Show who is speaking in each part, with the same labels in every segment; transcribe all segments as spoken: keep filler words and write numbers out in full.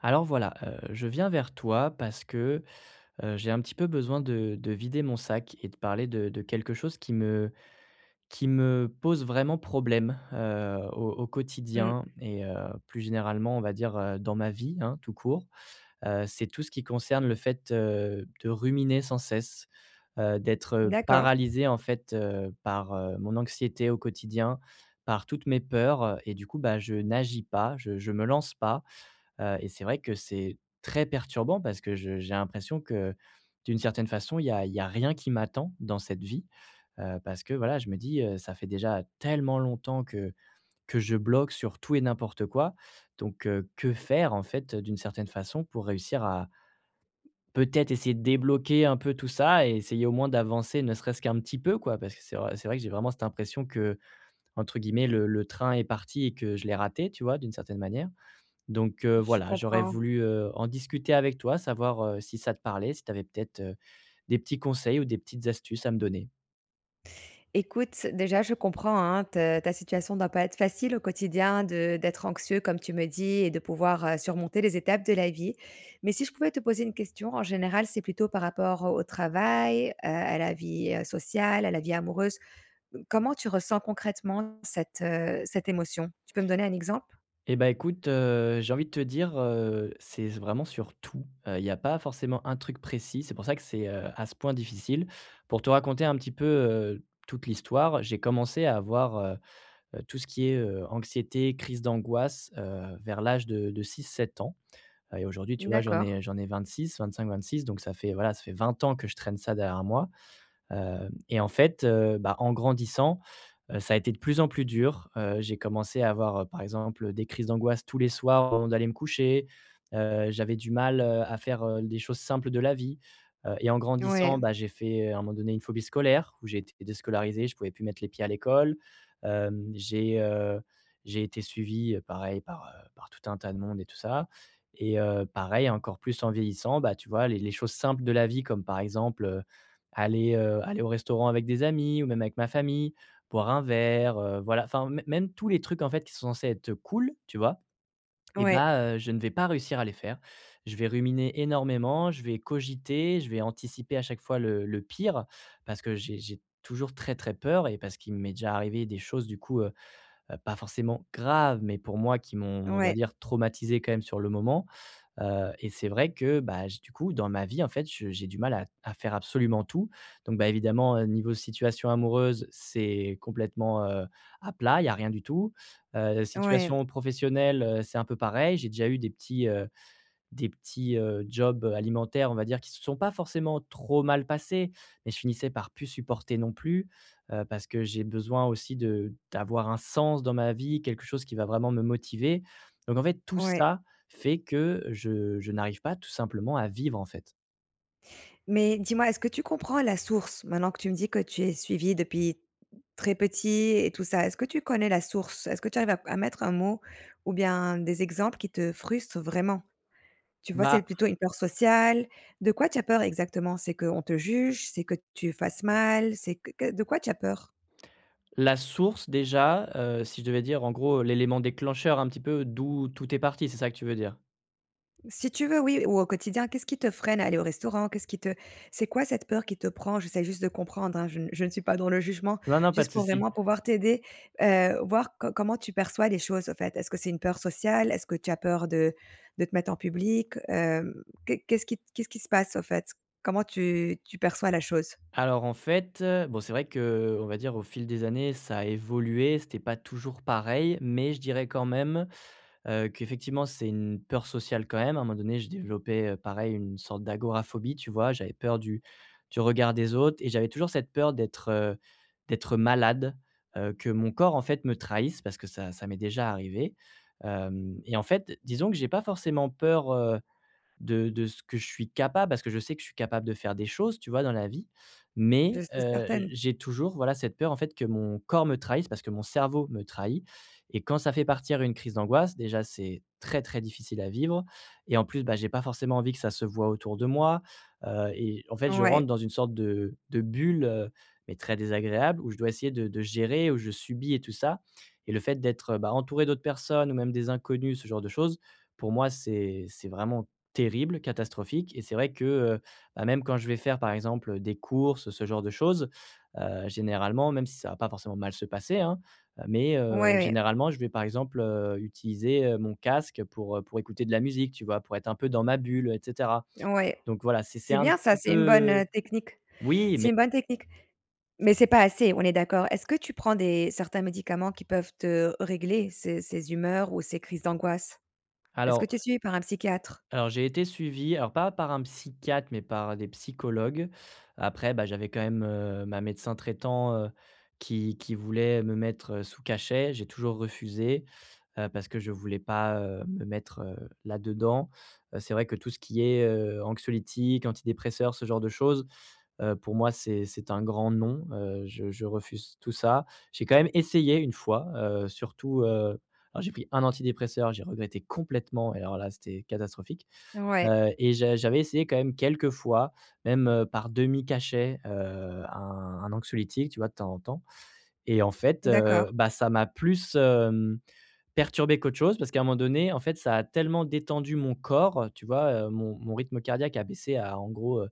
Speaker 1: Alors voilà, heu, je viens vers toi parce que, heu, j'ai un petit peu besoin de de vider mon sac et de parler de de quelque chose qui me qui me pose vraiment problème, heu, au au
Speaker 2: Mmh.
Speaker 1: quotidien et heu, plus généralement, on va dire, heu, dans ma vie, hein, tout court. Heu, c'est tout ce qui concerne le fait, heu, de ruminer sans cesse, heu, d'être,
Speaker 2: D'accord,
Speaker 1: paralysé en fait, heu, par, heu, mon anxiété au quotidien, par toutes mes peurs, et du coup, bah, je n'agis pas, je je me lance pas. Heu et c'est vrai que c'est très perturbant parce que je j'ai l'impression que, d'une certaine façon, il y a il y a rien qui m'attend dans cette vie, heu, parce que, voilà, je me dis, heu: «Ça fait déjà tellement longtemps que que je bloque sur tout et n'importe quoi». Donc, heu, que faire, en fait, d'une certaine façon, pour réussir à peut-être essayer de débloquer un peu tout ça et essayer au moins d'avancer ne serait-ce qu'un petit peu, quoi? Parce que c'est vrai c'est vrai que j'ai vraiment cette impression que, entre guillemets, le «le train est parti» et que je l'ai raté, tu vois, d'une certaine manière. Donc, heu,
Speaker 2: je
Speaker 1: voilà, j'aurais
Speaker 2: comprends.
Speaker 1: voulu, heu, en discuter avec toi, savoir, heu, si ça te parlait, si tu avais peut-être, heu, des petits conseils ou des petites astuces à me donner.
Speaker 2: Écoute, déjà, je comprends, hein, te ta situation ne doit pas être facile au quotidien de d'être anxieux, comme tu me dis et de pouvoir, heu, surmonter les étapes de la vie. Mais si je pouvais te poser une question, en général, c'est plutôt par rapport au travail, heu, à la vie, heu, sociale, à la vie amoureuse. Comment tu ressens concrètement cette, heu, cette émotion? Tu peux me donner un exemple?
Speaker 1: Et ben écoute, heu, j'ai envie de te dire, heu, c'est vraiment sur tout. Il n'y a pas forcément un truc précis. C'est pour ça que c'est, heu, à ce point difficile. Pour te raconter un petit peu, heu, toute l'histoire, j'ai commencé à avoir, heu heu, tout ce qui est, heu, anxiété, crise d'angoisse, heu, vers l'âge de de 6-7 ans. Heu et aujourd'hui, tu vois, j'en
Speaker 2: D'accord.
Speaker 1: ai j'en ai vingt vingt six, cinq, vingt six. Donc ça fait, voilà, ça fait vingt ans que je traîne ça derrière moi. Heu et en fait, heu, bah, en grandissant, Heu, ça a été de plus en plus dur. Heu, j'ai commencé à avoir, heu, par exemple, des crises d'angoisse tous les soirs avant d'aller me coucher. Heu, j'avais du mal, heu, à faire, heu, des choses simples de la vie. Heu et en grandissant,
Speaker 2: Ouais,
Speaker 1: bah, j'ai fait, heu, à un moment donné, une phobie scolaire où j'ai été déscolarisé, je pouvais plus mettre les pieds à l'école. Hem, j'ai, heu, j'ai été suivi, heu, pareil par, heu, par tout un tas de monde et tout ça. Et, heu, pareil, encore plus en vieillissant, bah, tu vois, les les choses simples de la vie, comme par exemple, heu, aller, heu, aller au restaurant avec des amis ou même avec ma famille. Boire un verre, heu, voilà, enfin, mê même tous les trucs, en fait, qui sont censés être cool, tu vois? Et
Speaker 2: ouais,
Speaker 1: bah, heu, je ne vais pas réussir à les faire. Je vais ruminer énormément, je vais cogiter, je vais anticiper à chaque fois le le pire, parce que j'ai j'ai toujours très, très peur et parce qu'il m'est déjà arrivé des choses, du coup, heu heu, pas forcément graves, mais pour moi qui m'ont, on va
Speaker 2: ouais,
Speaker 1: dire, traumatisé quand même sur le moment. Heu et c'est vrai que, bah, j du coup, dans ma vie, en fait, je j'ai du mal à à faire absolument tout. Donc, bah, évidemment, heu, niveau situation amoureuse, c'est complètement, heu, à plat, il y a rien du tout. Heu,
Speaker 2: ouais,
Speaker 1: situation professionnelle, heu, c'est un peu pareil. J'ai déjà eu des petits, heu, des petits, heu, jobs, alimentaires, on va dire, qui se sont pas forcément trop mal passés, mais je finissais par plus supporter non plus, heu, parce que j'ai besoin aussi de d'avoir un sens dans ma vie, quelque chose qui va vraiment me motiver. Donc en fait, tout
Speaker 2: ouais.
Speaker 1: ça fait que je je n'arrive pas tout simplement à vivre, en fait.
Speaker 2: Mais dis-moi, est-ce que tu comprends la source? Maintenant que tu me dis que tu es suivi depuis très petit et tout ça, est-ce que tu connais la source? Est-ce que tu arrives à à mettre un mot ou bien des exemples qui te frustrent vraiment? Tu vois,
Speaker 1: Bah,
Speaker 2: c'est plutôt une peur sociale. De quoi tu as peur exactement? C'est qu'on te juge? C'est que tu fasses mal? C'est que que de quoi tu as peur?
Speaker 1: la source déjà, heu, si je devais dire en gros l'élément déclencheur un petit peu d'où tout est parti, c'est ça que tu veux dire?
Speaker 2: Si tu veux, oui, ou au quotidien, qu'est-ce qui te freine à aller au restaurant? Qu'est-ce qui te c'est quoi cette peur qui te prend? J'essaie juste de comprendre, hein, je ne je ne suis pas dans le jugement,
Speaker 1: Non, non, pas de
Speaker 2: juste pour
Speaker 1: souci.
Speaker 2: vraiment pouvoir t'aider, heu, voir co comment tu perçois les choses, au fait. Est-ce que c'est une peur sociale? Est-ce que tu as peur de de te mettre en public? Hem, qu'est qu'est-ce qui qu'est-ce qui se passe, au fait? Comment tu tu perçois la chose?
Speaker 1: Alors en fait, heu, bon, c'est vrai que on va dire au fil des années ça a évolué, c'était pas toujours pareil, mais je dirais quand même, heu, qu'effectivement c'est une peur sociale quand même. À un moment donné, je développais, heu, pareil, une sorte d'agoraphobie, tu vois? J'avais peur du du regard des autres et j'avais toujours cette peur d'être, heu, d'être malade, heu, que mon corps en fait me trahisse, parce que ça ça m'est déjà arrivé, hem et en fait disons que j'ai pas forcément peur, heu de de ce que je suis capable, parce que je sais que je suis capable de faire des choses, tu vois, dans la vie.
Speaker 2: Je
Speaker 1: Mais,
Speaker 2: suis
Speaker 1: heu,
Speaker 2: certaine.
Speaker 1: j'ai toujours, voilà, cette peur, en fait, que mon corps me trahisse, parce que mon cerveau me trahit. Et quand ça fait partir une crise d'angoisse, déjà, c'est très, très difficile à vivre. Et en plus, bah, j'ai pas forcément envie que ça se voit autour de moi, heu et en fait, je
Speaker 2: Ouais.
Speaker 1: rentre dans une sorte de de bulle, heu, mais très désagréable, où je dois essayer de de gérer, où je subis et tout ça. Et le fait d'être, euh, bah, entouré d'autres personnes ou même des inconnus, ce genre de choses, pour moi, c'est c'est vraiment Terrible, catastrophique. Et c'est vrai que, heu, bah, même quand je vais faire, par exemple, des courses, ce genre de choses, heu, généralement, même si ça va pas forcément mal se passer, hein, heu, mais heu,
Speaker 2: Ouais, ouais.
Speaker 1: généralement, je vais, par exemple, heu, utiliser, heu, mon casque pour, heu, pour écouter de la musique, tu vois? Pour être un peu dans ma bulle, heu et cetera.
Speaker 2: Ouais,
Speaker 1: Donc voilà, c'est c'est
Speaker 2: c'est
Speaker 1: un
Speaker 2: bien ça,
Speaker 1: petit
Speaker 2: c'est une bonne,
Speaker 1: peu.
Speaker 2: heu, technique.
Speaker 1: Oui,
Speaker 2: C'est
Speaker 1: mais
Speaker 2: une bonne technique. Mais c'est pas assez, on est d'accord. Est-ce que tu prends des certains médicaments qui peuvent te régler ces ces humeurs ou ces crises d'angoisse? Est-ce que
Speaker 1: alors
Speaker 2: tu es suivi par un psychiatre?
Speaker 1: Alors j'ai été suivi, alors pas par un psychiatre, mais par des psychologues. Après, bah, j'avais quand même, heu, ma médecin traitant, heu, qui qui voulait me mettre, heu, sous cachet. J'ai toujours refusé, heu, parce que je voulais pas, heu, me mettre, heu, là-dedans. Heu, c'est vrai que tout ce qui est, heu, anxiolytiques, antidépresseurs, ce genre de choses, heu, pour moi, c'est c'est un grand non. Heu, je je refuse tout ça. J'ai quand même essayé une fois, heu, surtout, heu alors j'ai pris un antidépresseur, j'ai regretté complètement et alors là, c'était catastrophique.
Speaker 2: Ouais,
Speaker 1: Heu et j'a j'avais essayé quand même quelques fois, même, heu, par demi-cachet, heu, un un anxiolytique, tu vois, de temps en temps. Et en fait, heu,
Speaker 2: d'accord,
Speaker 1: bah, ça m'a plus, hem, perturbé qu'autre chose, parce qu'à un moment donné, en fait, ça a tellement détendu mon corps, tu vois, heu, mon mon rythme cardiaque a baissé à, en gros, heu,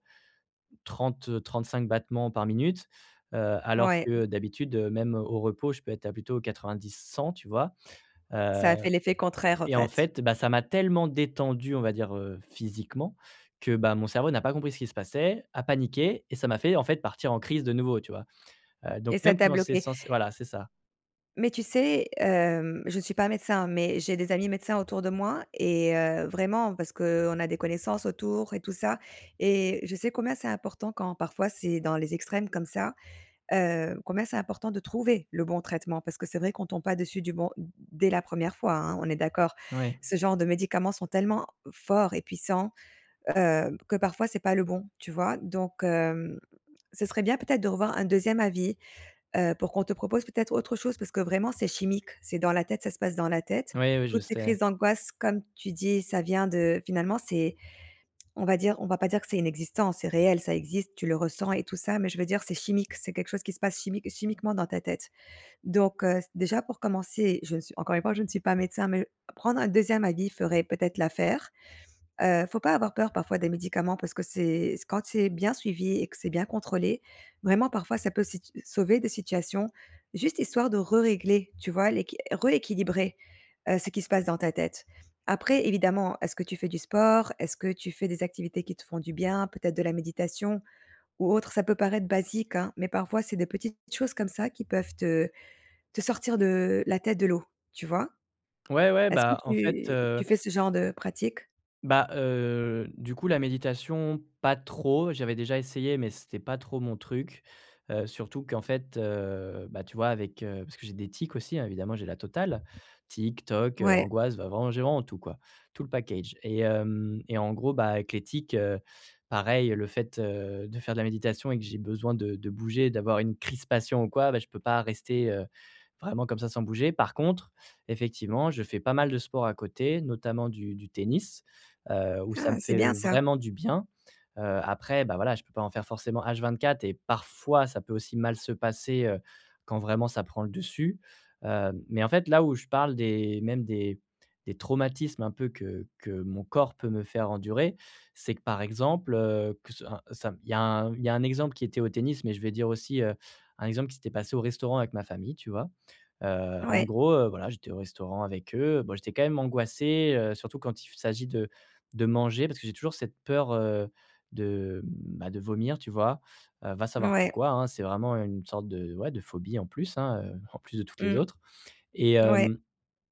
Speaker 1: trente trente-cinq battements par minute, heu, alors
Speaker 2: ouais,
Speaker 1: que d'habitude, heu, même au repos, je peux être à plutôt quatre-vingt-dix à cent, tu vois? Heu
Speaker 2: ça a fait l'effet contraire, en
Speaker 1: et en
Speaker 2: fait
Speaker 1: fait, bah, ça m'a tellement détendu, on va dire, heu, physiquement, que, bah, mon cerveau n'a pas compris ce qui se passait, a paniqué et ça m'a fait, en fait, partir en crise de nouveau, tu vois? Heu, donc
Speaker 2: et ça
Speaker 1: même
Speaker 2: t'a
Speaker 1: quand c'est
Speaker 2: bloqué.
Speaker 1: censé, voilà, c'est ça.
Speaker 2: Mais tu sais, hem, je ne suis pas médecin, mais j'ai des amis médecins autour de moi et heu, vraiment parce qu'on a des connaissances autour et tout ça et je sais combien c'est important quand parfois c'est dans les extrêmes comme ça. Heu, combien c'est important de trouver le bon traitement parce que c'est vrai qu'on tombe pas dessus du bon dès la première fois, hein, on est d'accord.
Speaker 1: Ouais.
Speaker 2: Ce genre de médicaments sont tellement forts et puissants, heu, que parfois c'est pas le bon, tu vois? Donc hem, ce serait bien peut-être de revoir un deuxième avis, heu, pour qu'on te propose peut-être autre chose parce que vraiment c'est chimique, c'est dans la tête, ça se passe dans la tête.
Speaker 1: Oui, oui, je
Speaker 2: Toutes ces
Speaker 1: sais.
Speaker 2: crises d'angoisse, comme tu dis, ça vient de finalement c'est on va dire on va pas dire que c'est inexistant, c'est réel, ça existe, tu le ressens et tout ça, mais je veux dire, c'est chimique, c'est quelque chose qui se passe chimique chimiquement dans ta tête. Donc heu, déjà pour commencer, je ne suis encore une fois, je ne suis pas médecin, mais prendre un deuxième avis ferait peut-être l'affaire. Heu, faut pas avoir peur parfois des médicaments parce que c'est quand c'est bien suivi et que c'est bien contrôlé, vraiment parfois ça peut situ sauver des situations, juste histoire de régler tu vois? L'équi rééquilibrer, heu, ce qui se passe dans ta tête. Après évidemment, est-ce que tu fais du sport? Est-ce que tu fais des activités qui te font du bien? Peut-être de la méditation ou autre? Ça peut paraître basique, hein, mais parfois c'est des petites choses comme ça qui peuvent te te sortir de la tête de l'eau, tu vois?
Speaker 1: Ouais, ouais,
Speaker 2: Est-ce que
Speaker 1: bah, en fait,
Speaker 2: tu
Speaker 1: heu
Speaker 2: tu fais ce genre de pratique?
Speaker 1: Bah, heu, du coup, la méditation, pas trop. J'avais déjà essayé, mais c'était pas trop mon truc. Heu, surtout qu'en fait, heu, bah, tu vois, avec, heu parce que j'ai des tics aussi, hein, évidemment, j'ai la totale. Tics, tocs, heu,
Speaker 2: Ouais.
Speaker 1: angoisse, bah, vraiment j'ai vraiment tout, quoi, tout le package. Et hem et en gros, bah, avec les tics, heu, pareil, le fait, heu, de faire de la méditation, et que j'ai besoin de de bouger, d'avoir une crispation ou quoi, bah, je peux pas rester, heu, vraiment comme ça sans bouger. Par contre, effectivement, je fais pas mal de sport à côté, notamment du du tennis heu, où ça
Speaker 2: Ah,
Speaker 1: me
Speaker 2: c'est
Speaker 1: fait
Speaker 2: bien ça.
Speaker 1: vraiment du bien. Heu, après, bah, voilà, je peux pas en faire forcément H vingt-quatre et parfois ça peut aussi mal se passer, heu, quand vraiment ça prend le dessus. Heu, mais en fait, là où je parle des même des des traumatismes un peu que que mon corps peut me faire endurer, c'est que par exemple, heu, que ce un ça il y a un il y a un exemple qui était au tennis, mais je vais dire aussi, heu, un exemple qui s'était passé au restaurant avec ma famille, tu vois? Heu, En
Speaker 2: Ouais,
Speaker 1: gros, heu, voilà, j'étais au restaurant avec eux, bon, j'étais quand même angoissé, heu, surtout quand il s'agit de de manger, parce que j'ai toujours cette peur, heu, de, bah, de vomir, tu vois? Heu, va savoir
Speaker 2: ouais,
Speaker 1: pourquoi, hein, c'est vraiment une sorte de, ouais, de phobie, en plus, hein, heu, en plus de toutes les
Speaker 2: mmh,
Speaker 1: autres. et
Speaker 2: ouais,
Speaker 1: hem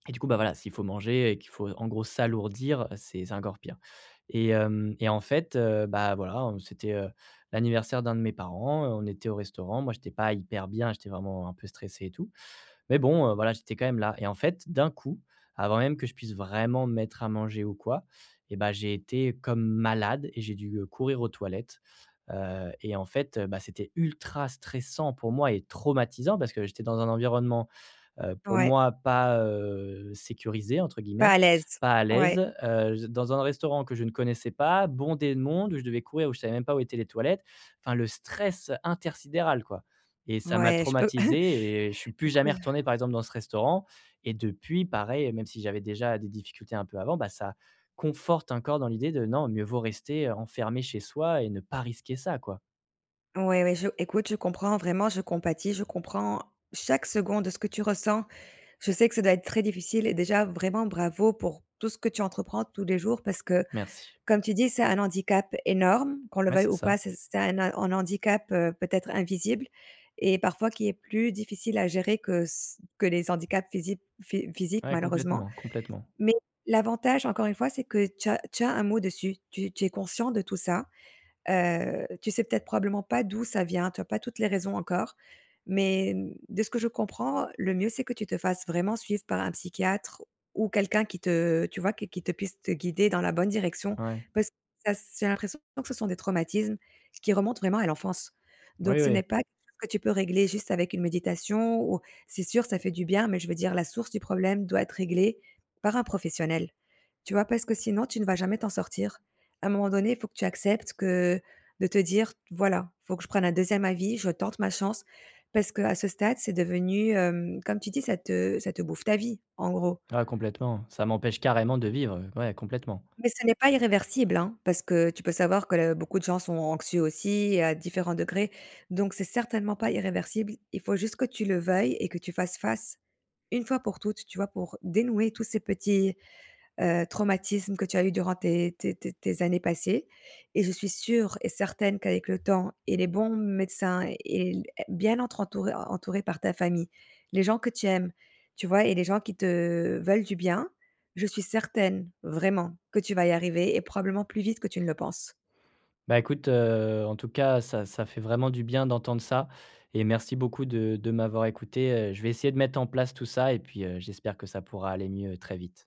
Speaker 1: et du coup, bah, voilà, s'il faut manger et qu'il faut, en gros, s'alourdir, c'est c'est encore pire. Et hem et en fait, heu, bah, voilà, on c'était, heu, l'anniversaire d'un de mes parents, heu, on était au restaurant. Moi, j'étais pas hyper bien, j'étais vraiment un peu stressé et tout, mais bon, heu, voilà, j'étais quand même là. Et en fait, d'un coup, avant même que je puisse vraiment me mettre à manger ou quoi, et ben, j'ai été comme malade et j'ai dû, heu, courir aux toilettes, heu et en fait, heu, bah, c'était ultra stressant pour moi, et traumatisant, parce que j'étais dans un environnement, heu, pour
Speaker 2: ouais,
Speaker 1: moi, pas, heu, «sécurisé», entre guillemets,
Speaker 2: pas à l'aise.
Speaker 1: pas à l'aise,
Speaker 2: Ouais,
Speaker 1: heu, j dans un restaurant que je ne connaissais pas, bondé de monde, où je devais courir, où je savais même pas où étaient les toilettes. Enfin, le stress intersidéral, quoi. Et ça m'a
Speaker 2: ouais, je peux
Speaker 1: traumatisé et je suis plus jamais
Speaker 2: écoute,
Speaker 1: retourné, par exemple, dans ce restaurant. Et depuis, pareil, même si j'avais déjà des difficultés un peu avant, bah, ça conforte encore dans l'idée de non, mieux vaut rester, heu, enfermé chez soi et ne pas risquer ça, quoi.
Speaker 2: ouais, ouais, je écoute, je comprends vraiment, je compatis, je comprends chaque seconde de ce que tu ressens. Je sais que ça doit être très difficile et déjà vraiment bravo pour tout ce que tu entreprends tous les jours parce que,
Speaker 1: Merci.
Speaker 2: comme tu dis, c'est un handicap énorme, qu'on le
Speaker 1: Ouais,
Speaker 2: veuille
Speaker 1: c'est
Speaker 2: ou
Speaker 1: ça.
Speaker 2: pas, c'est c'est un un handicap, heu, peut-être invisible et parfois qui est plus difficile à gérer que c que les handicaps physiques phy physiques
Speaker 1: Ouais,
Speaker 2: malheureusement.
Speaker 1: complètement, complètement.
Speaker 2: Mais l'avantage, encore une fois, c'est que tu as tu as un mot dessus. Tu tu es conscient de tout ça. Heu, tu sais peut-être probablement pas d'où ça vient, tu as pas toutes les raisons encore, mais, mmh, de ce que je comprends, le mieux, c'est que tu te fasses vraiment suivre par un psychiatre ou quelqu'un qui te tu vois, qui qui te puisse te guider dans la bonne direction.
Speaker 1: Ouais.
Speaker 2: Parce que ça j'ai l'impression que ce sont des traumatismes qui remontent vraiment à l'enfance.
Speaker 1: Oui,
Speaker 2: Donc ce
Speaker 1: oui.
Speaker 2: n'est pas quelque chose que tu peux régler juste avec une méditation ou c'est sûr, ça fait du bien, mais je veux dire la source du problème doit être réglée par un professionnel. Tu vois? Parce que sinon, tu ne vas jamais t'en sortir. À un moment donné, il faut que tu acceptes que de te dire: «Voilà, faut que je prenne un deuxième avis, je tente ma chance». Parce qu'à ce stade, c'est devenu, hem, comme tu dis, ça te ça te bouffe ta vie, en gros.
Speaker 1: Ah, complètement, ça m'empêche carrément de vivre, ouais, complètement.
Speaker 2: Mais ce n'est pas irréversible, hein, parce que tu peux savoir que le beaucoup de gens sont anxieux aussi, à différents degrés. Donc c'est certainement pas irréversible. Il faut juste que tu le veuilles et que tu fasses face, une fois pour toutes, tu vois, pour dénouer tous ces petits heu, traumatismes que tu as eu durant tes tes tes tes années passées et je suis sûre et certaine qu'avec le temps et les bons médecins et l bien entre entouré entouré par ta famille, les gens que tu aimes, tu vois? Et les gens qui te veulent du bien, je suis certaine, vraiment, que tu vas y arriver et probablement plus vite que tu ne le penses.
Speaker 1: Bah, écoute, heu, en tout cas, ça ça fait vraiment du bien d'entendre ça. Et merci beaucoup de de m'avoir écouté, heu, je vais essayer de mettre en place tout ça et puis, heu, j'espère que ça pourra aller mieux très vite.